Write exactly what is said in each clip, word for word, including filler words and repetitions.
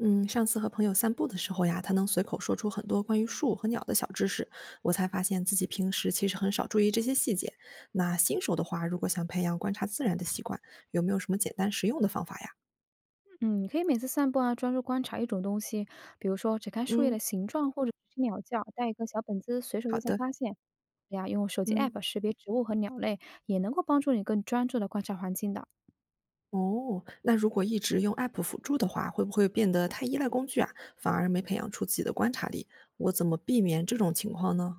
嗯，上次和朋友散步的时候呀，他能随口说出很多关于树和鸟的小知识，我才发现自己平时其实很少注意这些细节。那新手的话，如果想培养观察自然的习惯，有没有什么简单实用的方法呀？嗯，你可以每次散步啊，专注观察一种东西，比如说只看树叶的嗯，形状，或者是听鸟叫，带一个小本子随手好记下的，发现。呀，用手机 app 嗯，识别植物和鸟类，也能够帮助你更专注的观察环境的。哦，那如果一直用 app 辅助的话，会不会变得太依赖工具啊，反而没培养出自己的观察力？我怎么避免这种情况呢？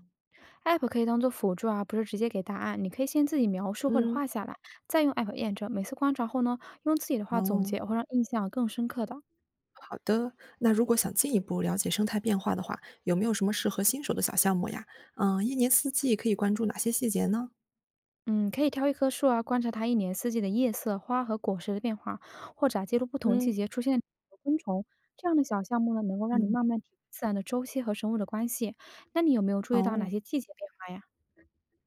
app 可以当做辅助啊，不是直接给答案。你可以先自己描述或者嗯，画下来，再用 app 验证。每次观察后呢，用自己的话总哦。结，会让印象更深刻的。好的，那如果想进一步了解生态变化的话，有没有什么适合新手的小项目呀？嗯，一年四季可以关注哪些细节呢？嗯，可以挑一棵树啊，观察它一年四季的叶色、花和果实的变化，或者啊记录不同季嗯节出现的昆虫。这样的小项目呢，能够让你慢嗯。慢体会自然的周期和生物的关系。那你有没有注意到哪哦。些季节变化呀？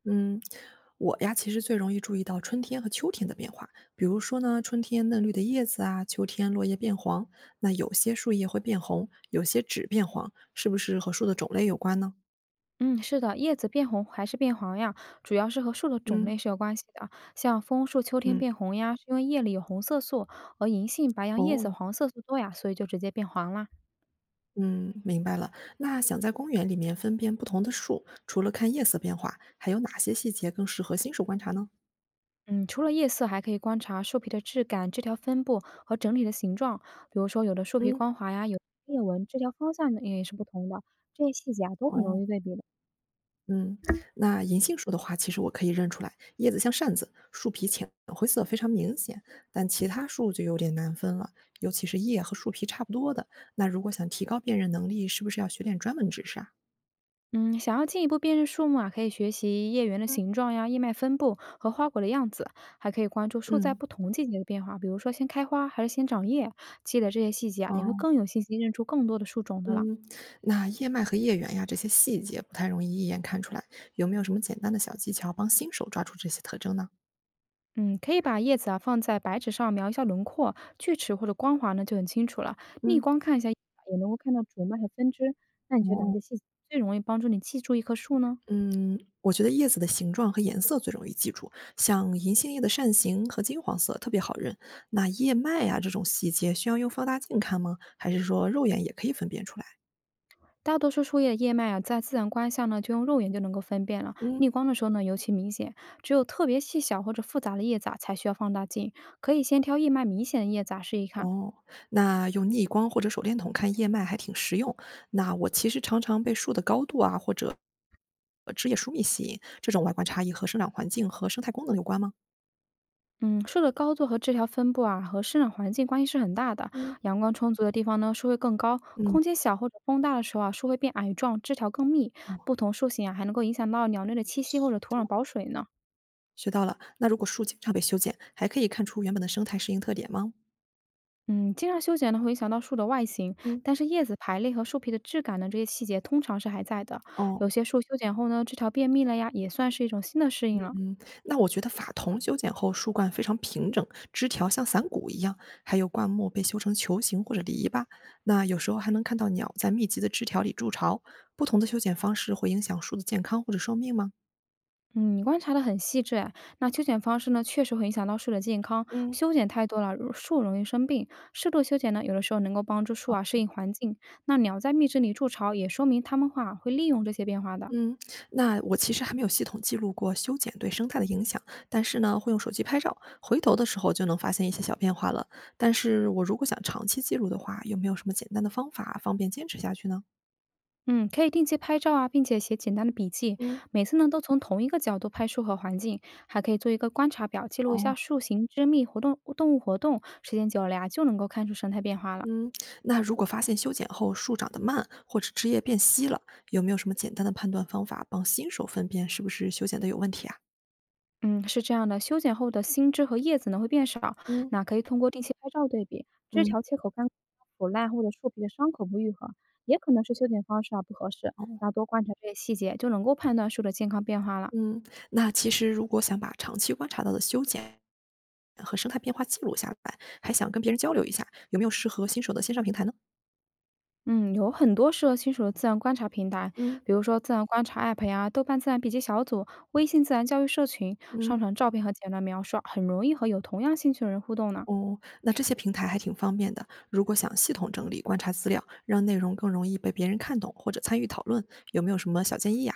嗯，我呀其实最容易注意到春天和秋天的变化，比如说呢，春天嫩绿的叶子啊，秋天落叶变黄，那有些树叶会变红，有些只变黄，是不是和树的种类有关呢？嗯，是的，叶子变红还是变黄呀，主要是和树的种嗯类是有关系的。像枫树秋天嗯。变红呀，是因为叶里有红色素，而银杏、白杨叶子哦。黄色素多呀，所以就直接变黄了。嗯，明白了。那想在公园里面分辨不同的树，除了看叶色变化，还有哪些细节更适合新手观察呢？嗯，除了叶色，还可以观察树皮的质感、枝条分布和整体的形状。比如说，有的树皮嗯，光滑呀，有的裂纹，枝条方向呢也是不同的。这些细节啊，都很容哦，易对比的。嗯，那银杏树的话，其实我可以认出来，叶子像扇子，树皮浅灰色，非常明显。但其他树就有点难分了，尤其是叶和树皮差不多的。那如果想提高辨认能力，是不是要学点专门知识啊？嗯，想要进一步辨认树木啊，可以学习叶缘的嗯，形状呀、叶脉分布和花果的样子，还可以关注树在嗯，不同季节的变化，比如说先开花还是先长叶。记得这些细节啊，你会哦。更有信心认出更多的树种的了。嗯，那叶脉和叶缘呀，这些细节不太容易一眼看出来，有没有什么简单的小技巧帮新手抓住这些特征呢？嗯，可以把叶子啊放在白纸上描一下轮廓、锯齿或者光滑呢，就很清楚了。逆嗯，光看一下，也能够看到主脉和分支。那你觉得哪哦，些细节最容易帮助你记住一棵树呢？嗯，我觉得叶子的形状和颜色最容易记住，像银杏叶的扇形和金黄色特别好认。那叶脉呀，这种细节需要用放大镜看吗？还是说肉眼也可以分辨出来？大多数树叶的叶脉啊，在自然光下呢，就用肉眼就能够分辨了。嗯。逆光的时候呢，尤其明显。只有特别细小或者复杂的叶子啊，才需要放大镜。可以先挑叶脉明显的叶子啊试一看。哦，那用逆光或者手电筒看叶脉还挺实用。那我其实常常被树的高度啊，或者呃枝叶疏密吸引，这种外观差异和生长环境和生态功能有关吗？嗯，树的高度和枝条分布啊，和生长环境关系是很大的。嗯，阳光充足的地方呢，树会更高；嗯，空间小或者风大的时候啊，树会变矮壮，枝条更密。哦，不同树型啊，还能够影响到鸟类的栖息学或者土到壤保水呢。学到了。那如果树经常被修剪，还可以看出原本的生态适应特点吗？嗯，经常修剪呢，会影响到树的外形，嗯，但是叶子排列和树皮的质感呢，这些细节通常是还在的。哦，有些树修剪后呢，枝条变密了呀，也算是一种新的适应了。嗯，那我觉得法桐修剪后树冠非常平整，枝条像伞骨一样，还有灌木被修成球形或者篱笆。那有时候还能看到鸟在密集的枝条里筑巢。不同的修剪方式会影响树的健康或者寿命吗？嗯，你观察得很细致哎。那修剪方式呢，确实会影响到树的健康。嗯，修剪太多了，如树容易生病。适度修剪呢，有的时候能够帮助树啊适应环境。那鸟在蜜汁里筑巢，也说明它们话会利用这些变化的。嗯，那我其实还没有系统记录过修剪对生态的影响，但是呢，会用手机拍照，回头的时候就能发现一些小变化了。但是我如果想长期记录的话，有没有什么简单的方法方便坚持下去呢？嗯，可以定期拍照啊，并且写简单的笔记。嗯，每次呢，都从同一个角度拍树和环境，还可以做一个观察表，记录一哦，下树形、枝密、活动动物活动。时间久了呀，就能够看出生态变化了。嗯，那如果发现修剪后树长得慢，或者枝叶变稀了，有没有什么简单的判断方法帮新手分辨是不是修剪的有问题啊？嗯，是这样的，修剪后的新枝和叶子呢会变少，嗯那可以通过定期拍照对比，枝嗯。条切口干枯腐烂或者树皮的伤口不愈合，也可能是修剪方式啊不合适。哦。那多观察这些细节，就能够判断树的健康变化了。嗯，那其实如果想把长期观察到的修剪和生态变化记录下来，还想跟别人交流一下，有没有适合新手的线上平台呢？嗯，有很多适合新手的自然观察平台，嗯比如说自然观察 App 呀、豆瓣自然笔记小组、微信自然教育社群，上嗯。传照片和简短描述啊很容易和有同样兴趣的人互动呢。哦，那这些平台还挺方便的。如果想系统整理观察资料，让内容更容易被别人看懂或者参与讨论，有没有什么小建议呀、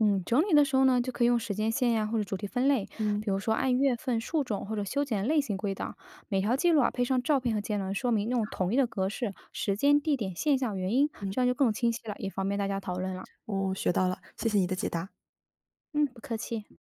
嗯，整理的时候呢，就可以用时间线呀，或者主题分类，嗯比如说按月份、树种或者修剪类型归档。每条记录啊，配上照片和节能说明，那种统一的格式、时间、地点、现象、原因，嗯。这样就更清晰了，也方便大家讨论了。哦，学到了，谢谢你的解答。嗯，不客气。